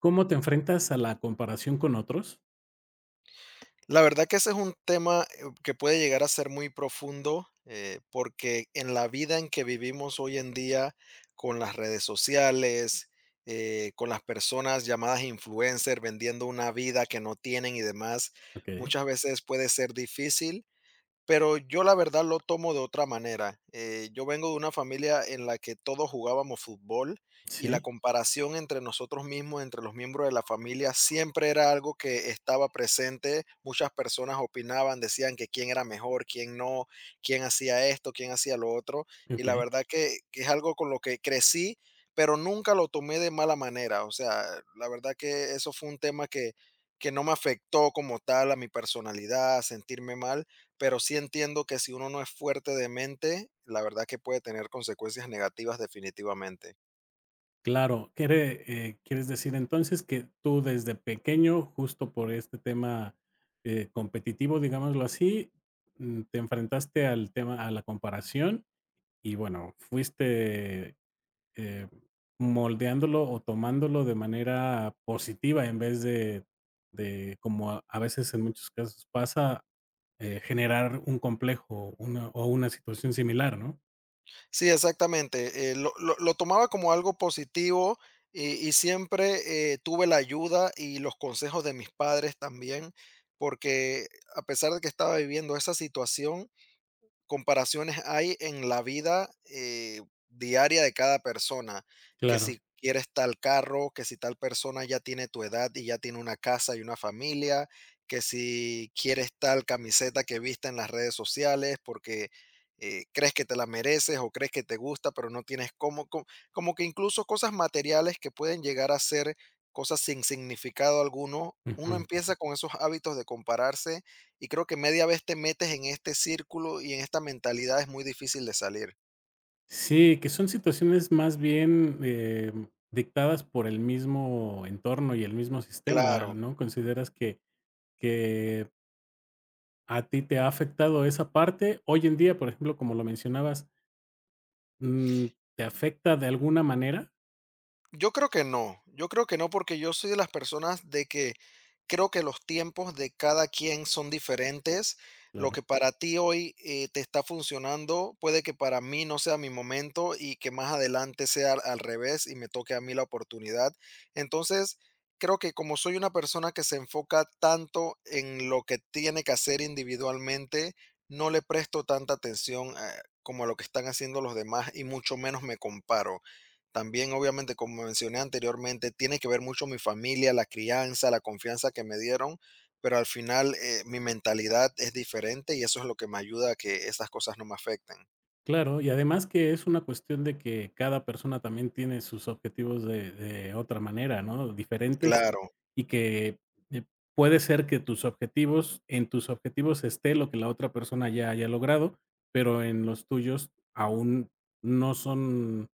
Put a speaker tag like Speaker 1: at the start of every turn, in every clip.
Speaker 1: ¿Cómo te enfrentas a la comparación con otros?
Speaker 2: La verdad que ese es un tema que puede llegar a ser muy profundo, porque en la vida en que vivimos hoy en día, con las redes sociales, con las personas llamadas influencers vendiendo una vida que no tienen y demás,
Speaker 1: Okey,
Speaker 2: muchas veces puede ser difícil pero yo la verdad lo tomo de otra manera. Yo vengo de una familia en la que todos jugábamos fútbol y la
Speaker 1: sí,
Speaker 2: comparación entre nosotros mismos, entre los miembros de la familia, siempre era algo que estaba presente. Muchas personas opinaban, decían que quién era mejor, quién no, quién hacía esto, quién hacía lo otro. Y la
Speaker 1: okey,
Speaker 2: verdad que es algo con lo que crecí, pero nunca lo tomé de mala manera. O sea, la verdad que eso fue un tema que no me afectó como tal a mi personalidad, a sentirme mal, pero sí entiendo que si uno no es fuerte de mente, la verdad que puede tener consecuencias negativas definitivamente.
Speaker 1: claro. Quiere, ¿quieres decir entonces que tú desde pequeño, justo por este tema, competitivo, digámoslo así, te enfrentaste al tema a la comparación y bueno, fuiste, eh, moldeándolo o tomándolo de manera positiva en vez de como a veces en muchos casos pasa. Generar un complejo, una o una situación similar, ¿no?
Speaker 2: Sí, exactamente. Lo tomaba como algo positivo y siempre tuve la ayuda y los consejos de mis padres también, porque a pesar de que estaba viviendo esa situación, comparaciones hay en la vida diaria de cada persona, que
Speaker 1: Claro.
Speaker 2: si quieres tal carro, que si tal persona ya tiene tu edad y ya tiene una casa y una familia, que si quieres tal camiseta que viste en las redes sociales porque crees que te la mereces o crees que te gusta, pero no tienes cómo, como que incluso cosas materiales que pueden llegar a ser cosas sin significado alguno, uno
Speaker 1: Ujú.
Speaker 2: empieza con esos hábitos de compararse y creo que media vez te metes en este círculo y en esta mentalidad es muy difícil de salir.
Speaker 1: Sí, que son situaciones más bien, dictadas por el mismo entorno y el mismo sistema,
Speaker 2: Claro.
Speaker 1: ¿no? ¿Consideras que a ti te ha afectado esa parte? Hoy en día, por ejemplo, como lo mencionabas, mm, ¿te afecta de alguna manera?
Speaker 2: Yo creo que no, yo creo que no, porque yo soy de las personas de que creo que los tiempos de cada quien son diferentes. Lo
Speaker 1: Claro.
Speaker 2: que para ti hoy te está funcionando, puede que para mí no sea mi momento y que más adelante sea al revés y me toque a mí la oportunidad. Entonces, creo que como soy una persona que se enfoca tanto en lo que tiene que hacer individualmente, no le presto tanta atención como a lo que están haciendo los demás y mucho menos me comparo. También, obviamente, como mencioné anteriormente, tiene que ver mucho mi familia, la crianza, la confianza que me dieron, pero al final, mi mentalidad es diferente y eso es lo que me ayuda a que estas cosas no me afecten.
Speaker 1: Claro, y además que es una cuestión de que cada persona también tiene sus objetivos de otra manera, ¿no? Diferentes,
Speaker 2: Claro.
Speaker 1: y que, eh, puede ser que tus objetivos en tus objetivos esté lo que la otra persona ya haya logrado, pero en los tuyos aún no son,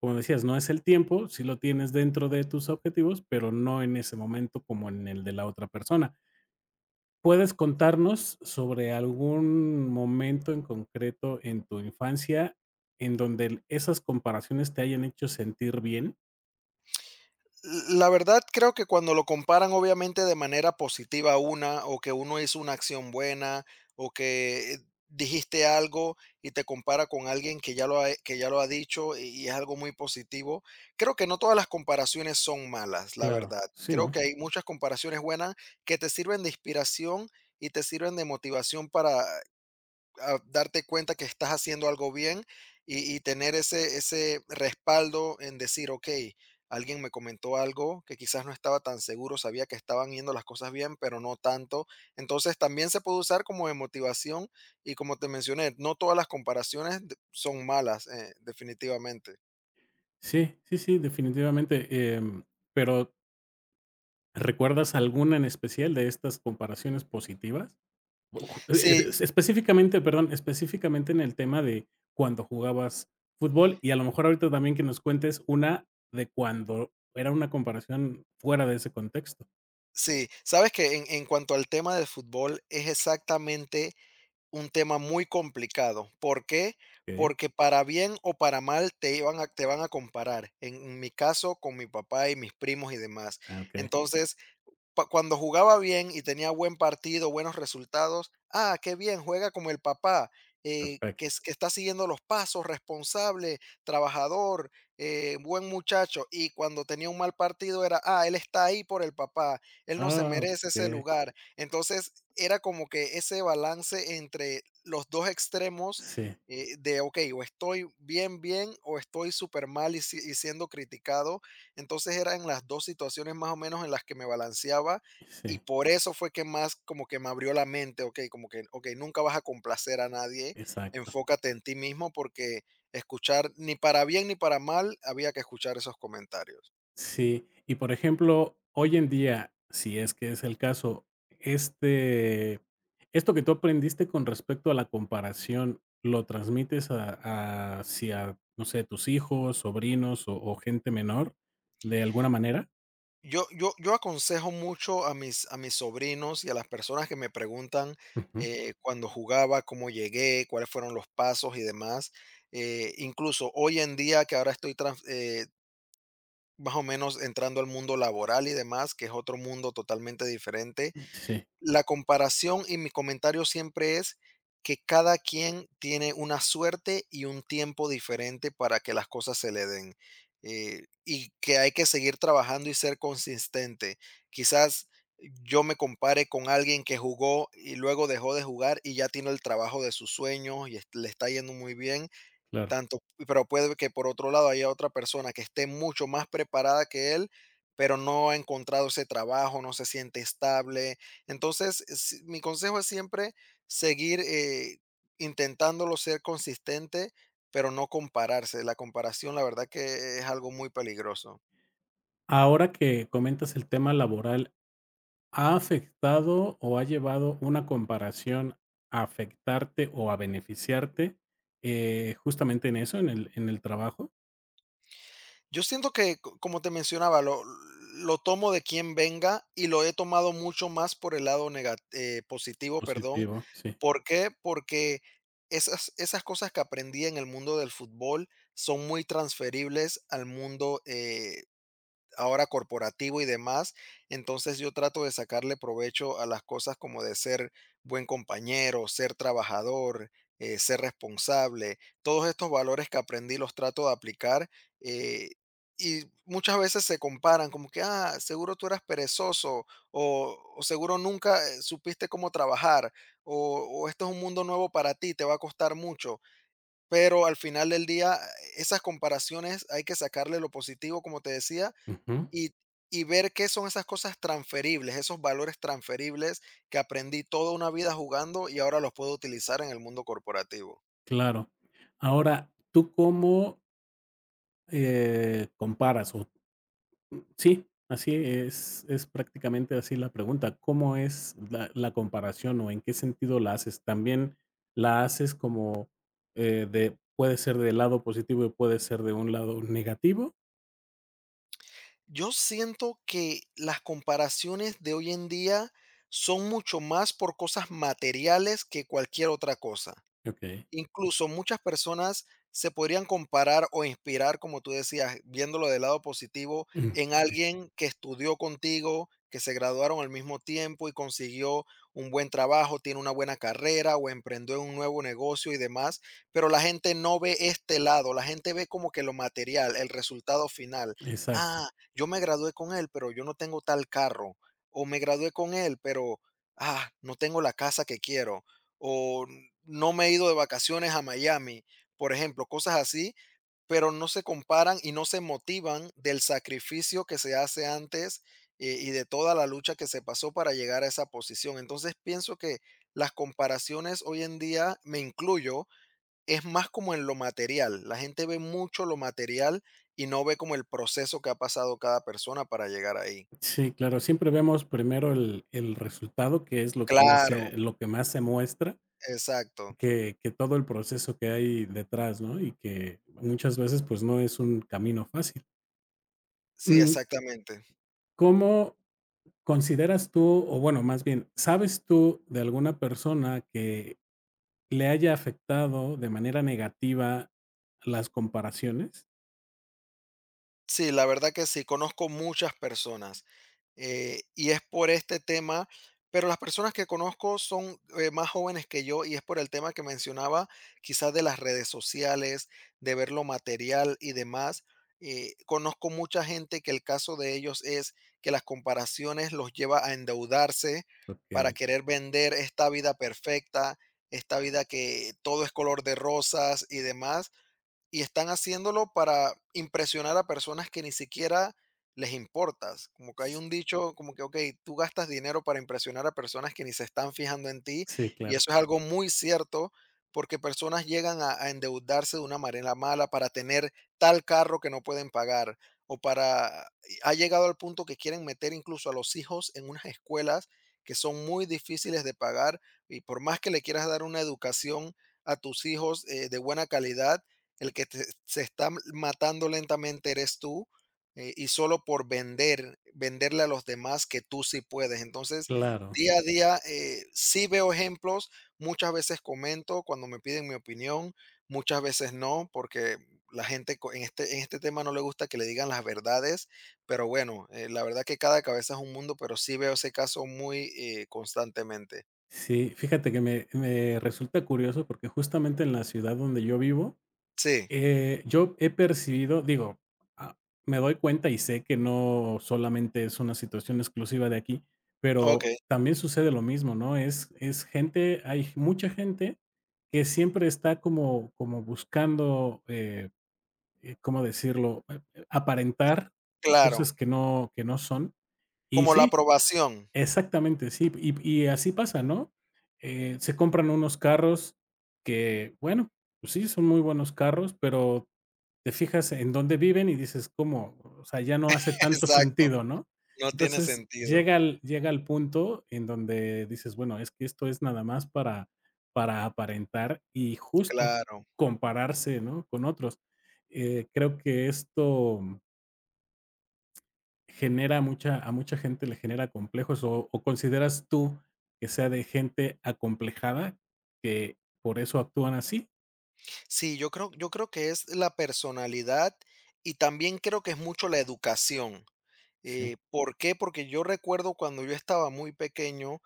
Speaker 1: como decías, no es el tiempo, sí lo tienes dentro de tus objetivos, pero no en ese momento como en el de la otra persona. ¿Puedes contarnos sobre algún momento en concreto en tu infancia en donde el esas comparaciones te hayan hecho sentir bien?
Speaker 2: La verdad, creo que cuando lo comparan, obviamente, de manera positiva una, o que uno hizo una acción buena, o que dijiste algo y te compara con alguien que ya lo ha, que ya lo ha dicho y es algo muy positivo. Creo que no todas las comparaciones son malas, la
Speaker 1: Claro.
Speaker 2: verdad.
Speaker 1: Sí,
Speaker 2: Creo
Speaker 1: ¿no?
Speaker 2: que hay muchas comparaciones buenas que te sirven de inspiración y te sirven de motivación para a darte cuenta que estás haciendo algo bien y tener ese respaldo en decir, ok, alguien me comentó algo que quizás no estaba tan seguro, sabía que estaban yendo las cosas bien, pero no tanto. Entonces también se puede usar como de motivación y como te mencioné, no todas las comparaciones son malas, definitivamente.
Speaker 1: Sí, sí, sí, definitivamente, pero, ¿recuerdas alguna en especial de estas comparaciones positivas? Bu ju e es
Speaker 2: Sí,
Speaker 1: específicamente, perdón, específicamente en el tema de cuando jugabas fútbol, y a lo mejor ahorita también que nos cuentes una de cuando era una comparación fuera de ese contexto.
Speaker 2: sí, sabes que en cuanto al tema del fútbol es exactamente un tema muy complicado. ¿Por qué?
Speaker 1: Okey.
Speaker 2: Porque para bien o para mal te van a comparar, en mi caso, con mi papá y mis primos y demás.
Speaker 1: Ah, okey.
Speaker 2: Entonces, cuando jugaba bien y tenía buen partido, buenos resultados, ah, qué bien, juega como el papá,
Speaker 1: Perfecto.
Speaker 2: que está siguiendo los pasos, responsable, trabajador, buen muchacho. Y cuando tenía un mal partido era, ah, él está ahí por el papá, él no se
Speaker 1: Ah,
Speaker 2: merece ese
Speaker 1: okey.
Speaker 2: lugar. Entonces era como que ese balance entre los dos extremos,
Speaker 1: Sí,
Speaker 2: de, ok, o estoy bien, bien, o estoy súper mal y y siendo criticado, entonces eran las 2 situaciones más o menos en las que me balanceaba y
Speaker 1: sí,
Speaker 2: por eso fue que más como que me abrió la mente, okey, como que, okey, nunca vas a complacer a nadie,
Speaker 1: exacto.
Speaker 2: enfócate en ti mismo porque escuchar ni para bien ni para mal había que escuchar esos comentarios.
Speaker 1: Sí, y, por ejemplo, hoy en día, si es que es el caso, este esto que tú aprendiste con respecto a la comparación, ¿lo transmites a hacia, no sé, tus hijos, sobrinos o gente menor, de alguna manera?
Speaker 2: Yo aconsejo mucho a mis sobrinos y a las personas que me preguntan,
Speaker 1: Ujú.
Speaker 2: cuando jugaba, cómo llegué, cuáles fueron los pasos y demás. Incluso hoy en día que ahora estoy trans más o menos entrando al mundo laboral y demás, que es otro mundo totalmente diferente.
Speaker 1: Sí,
Speaker 2: La comparación y mi comentario siempre es que cada quien tiene una suerte y un tiempo diferente para que las cosas se le den, y que hay que seguir trabajando y ser consistente. Quizás yo me compare con alguien que jugó y luego dejó de jugar y ya tiene el trabajo de sus sueños y le está yendo muy bien
Speaker 1: claro.
Speaker 2: tanto, pero puede que por otro lado haya otra persona que esté mucho más preparada que él, pero no ha encontrado ese trabajo, no se siente estable. Entonces, mi consejo es siempre seguir intentándolo, ser consistente, pero no compararse. La comparación, la verdad que es algo muy peligroso.
Speaker 1: Ahora que comentas el tema laboral, ¿ha afectado o ha llevado una comparación a afectarte o a beneficiarte, justamente en eso, en el trabajo?
Speaker 2: Yo siento que, co como te mencionaba, lo tomo de quien venga y lo he tomado mucho más por el lado nega positivo, perdón.
Speaker 1: Positivo, sí.
Speaker 2: ¿Por qué? Porque esas cosas que aprendí en el mundo del fútbol son muy transferibles al mundo, ahora corporativo y demás. Entonces yo trato de sacarle provecho a las cosas como de ser buen compañero, ser trabajador, ser responsable. Todos estos valores que aprendí los trato de aplicar. eh, y muchas veces se comparan como que, ah, seguro tú eras perezoso o seguro nunca supiste cómo trabajar o esto es un mundo nuevo para ti, te va a costar mucho. Pero al final del día, esas comparaciones hay que sacarle lo positivo, como te decía,
Speaker 1: Ujú,
Speaker 2: y y ver qué son esas cosas transferibles, esos valores transferibles que aprendí toda una vida jugando y ahora los puedo utilizar en el mundo corporativo.
Speaker 1: claro. Ahora, ¿tú cómo, comparas? O sí, así es prácticamente así la pregunta, ¿cómo es la comparación o en qué sentido la haces? ¿También la haces como, de puede ser del lado positivo y puede ser de un lado negativo?
Speaker 2: Yo siento que las comparaciones de hoy en día son mucho más por cosas materiales que cualquier otra cosa.
Speaker 1: Okey.
Speaker 2: Incluso muchas personas se podrían comparar o inspirar, como tú decías, viéndolo del lado positivo,
Speaker 1: Mm,
Speaker 2: en
Speaker 1: sí,
Speaker 2: alguien que estudió contigo, que se graduaron al mismo tiempo y consiguió un buen trabajo, tiene una buena carrera o emprendió un nuevo negocio y demás, pero la gente no ve este lado, la gente ve como que lo material, el resultado final.
Speaker 1: exacto.
Speaker 2: Ah, yo me gradué con él, pero yo no tengo tal carro, o me gradué con él, pero ah, no tengo la casa que quiero o no me he ido de vacaciones a Miami, por ejemplo, cosas así, pero no se comparan y no se motivan del sacrificio que se hace antes, y de toda la lucha que se pasó para llegar a esa posición. Entonces pienso que las comparaciones hoy en día, me incluyo, es más como en lo material. La gente ve mucho lo material y no ve como el proceso que ha pasado cada persona para llegar ahí.
Speaker 1: Sí, claro, siempre vemos primero el resultado, que es lo que más
Speaker 2: Claro,
Speaker 1: se lo que más se muestra,
Speaker 2: exacto.
Speaker 1: que todo el proceso que hay detrás, ¿no? Y que muchas veces, pues, no es un camino fácil.
Speaker 2: Sí,
Speaker 1: Mm,
Speaker 2: exactamente.
Speaker 1: ¿cómo consideras tú, o bueno, más bien, sabes tú de alguna persona que le haya afectado de manera negativa las comparaciones?
Speaker 2: Sí, la verdad que sí, conozco muchas personas y es por este tema, pero las personas que conozco son más jóvenes que yo y es por el tema que mencionaba, quizás de las redes sociales, de ver lo material y demás. Conozco mucha gente que el caso de ellos es que las comparaciones los lleva a endeudarse para
Speaker 1: Porque
Speaker 2: querer vender esta vida perfecta, esta vida que todo es color de rosas y demás y están haciéndolo para impresionar a personas que ni siquiera les importas. Como que hay un dicho, como que, ok, tú gastas dinero para impresionar a personas que ni se están fijando en ti,
Speaker 1: sí,
Speaker 2: y
Speaker 1: claro,
Speaker 2: eso es algo muy cierto, porque personas llegan a endeudarse de una manera mala para tener tal carro que no pueden pagar, o para, ha llegado al punto que quieren meter incluso a los hijos en unas escuelas que son muy difíciles de pagar, y por más que le quieras dar una educación a tus hijos, de buena calidad, el que se está matando lentamente eres tú, y solo por vender, venderle a los demás que tú sí puedes. Entonces,
Speaker 1: claro.
Speaker 2: día a día sí veo ejemplos, muchas veces comento cuando me piden mi opinión, muchas veces no, porque la gente en este tema no le gusta que le digan las verdades, pero bueno, la verdad que cada cabeza es un mundo, pero sí veo ese caso muy constantemente.
Speaker 1: Sí, fíjate que me resulta curioso porque justamente en la ciudad donde yo vivo,
Speaker 2: Sí,
Speaker 1: yo he percibido, digo, ah, me doy cuenta y sé que no solamente es una situación exclusiva de aquí,
Speaker 2: ok,
Speaker 1: pero también sucede lo mismo, ¿no? Es gente hay mucha gente que siempre está como como buscando, ¿cómo decirlo? Aparentar
Speaker 2: claro,
Speaker 1: cosas que no son. Y
Speaker 2: como la
Speaker 1: sí
Speaker 2: aprobación.
Speaker 1: exactamente, sí. Y así pasa, ¿no? Se compran unos carros que, bueno, pues sí, son muy buenos carros, pero te fijas en dónde viven y dices: "¿Cómo?". O sea, ya no hace tanto
Speaker 2: Exacto.
Speaker 1: sentido, ¿no?
Speaker 2: No tiene
Speaker 1: Entonces,
Speaker 2: sentido,
Speaker 1: llega al punto en donde dices: "Bueno, es que esto es nada más para aparentar y justo
Speaker 2: claro.
Speaker 1: compararse, ¿no?, con otros". Creo que esto genera mucha a mucha gente le genera complejos, o consideras tú que sea de gente acomplejada que por eso actúan así.
Speaker 2: Sí, yo creo, yo creo que es la personalidad y también creo que es mucho la educación.
Speaker 1: Sí,
Speaker 2: ¿Por qué? Porque yo recuerdo cuando yo estaba muy pequeño,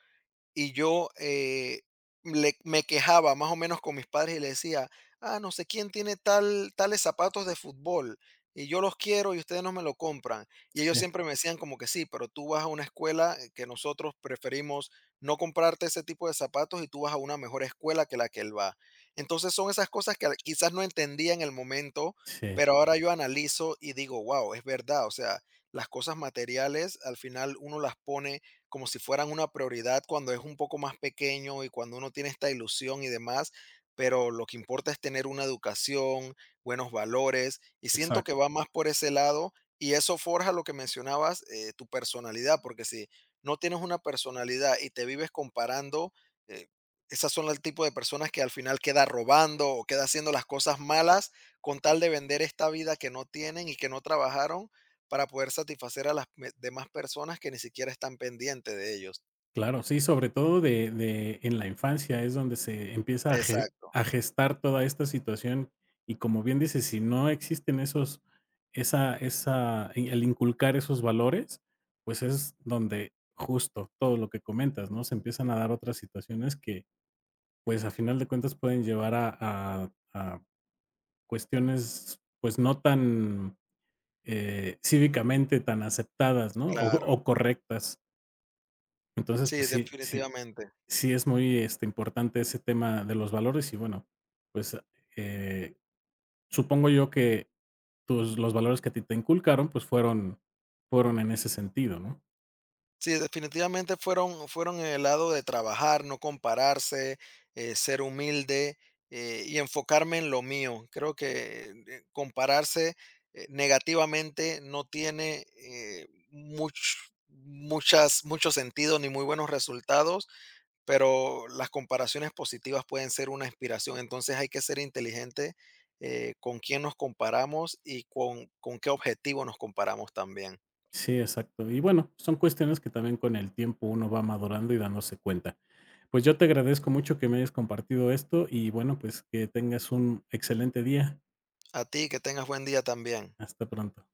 Speaker 2: y yo, le me quejaba más o menos con mis padres y le decía: "Ah, no sé quién tiene tales zapatos de fútbol, y yo los quiero y ustedes no me lo compran". Y ellos
Speaker 1: sí,
Speaker 2: siempre me decían como que: "Sí, pero tú vas a una escuela que nosotros preferimos no comprarte ese tipo de zapatos y tú vas a una mejor escuela que la que él va". Entonces, son esas cosas que quizás no entendía en el momento,
Speaker 1: sí,
Speaker 2: pero ahora yo analizo y digo: "Wow, es verdad". O sea, las cosas materiales al final uno las pone como si fueran una prioridad cuando es un poco más pequeño y cuando uno tiene esta ilusión y demás, pero lo que importa es tener una educación, buenos valores, y siento que
Speaker 1: exacto.
Speaker 2: va más por ese lado y eso forja lo que mencionabas, tu personalidad, porque si no tienes una personalidad y te vives comparando, eh, esas son el tipo de personas que al final queda robando o queda haciendo las cosas malas con tal de vender esta vida que no tienen y que no trabajaron para poder satisfacer a las me demás personas que ni siquiera están pendientes de ellos.
Speaker 1: Claro, sí, sobre todo de en la infancia es donde se empieza a ge
Speaker 2: Exacto,
Speaker 1: a gestar toda esta situación y como bien dices, si no existen esos esa esa y el inculcar esos valores, pues es donde justo todo lo que comentas, ¿no? Se empiezan a dar otras situaciones que pues, a final de cuentas pueden llevar a cuestiones, pues, no tan, cívicamente tan aceptadas, ¿no?
Speaker 2: claro.
Speaker 1: O correctas. Entonces,
Speaker 2: Sí,
Speaker 1: pues
Speaker 2: definitivamente.
Speaker 1: sí es muy, este, importante ese tema de los valores y, bueno, pues, eh, supongo yo que tus los valores que a ti te inculcaron, pues, fueron en ese sentido, ¿no?
Speaker 2: Sí, definitivamente fueron en el lado de trabajar, no compararse, ser humilde, y enfocarme en lo mío. Creo que, compararse, negativamente no tiene, mucho sentido ni muy buenos resultados, pero las comparaciones positivas pueden ser una inspiración. Entonces hay que ser inteligente, con quién nos comparamos y con qué objetivo nos comparamos también.
Speaker 1: Sí, exacto. Y bueno, son cuestiones que también con el tiempo uno va madurando y dándose cuenta. Pues yo te agradezco mucho que me hayas compartido esto y bueno, pues que tengas un excelente día.
Speaker 2: A ti, que tengas buen día también.
Speaker 1: Hasta pronto.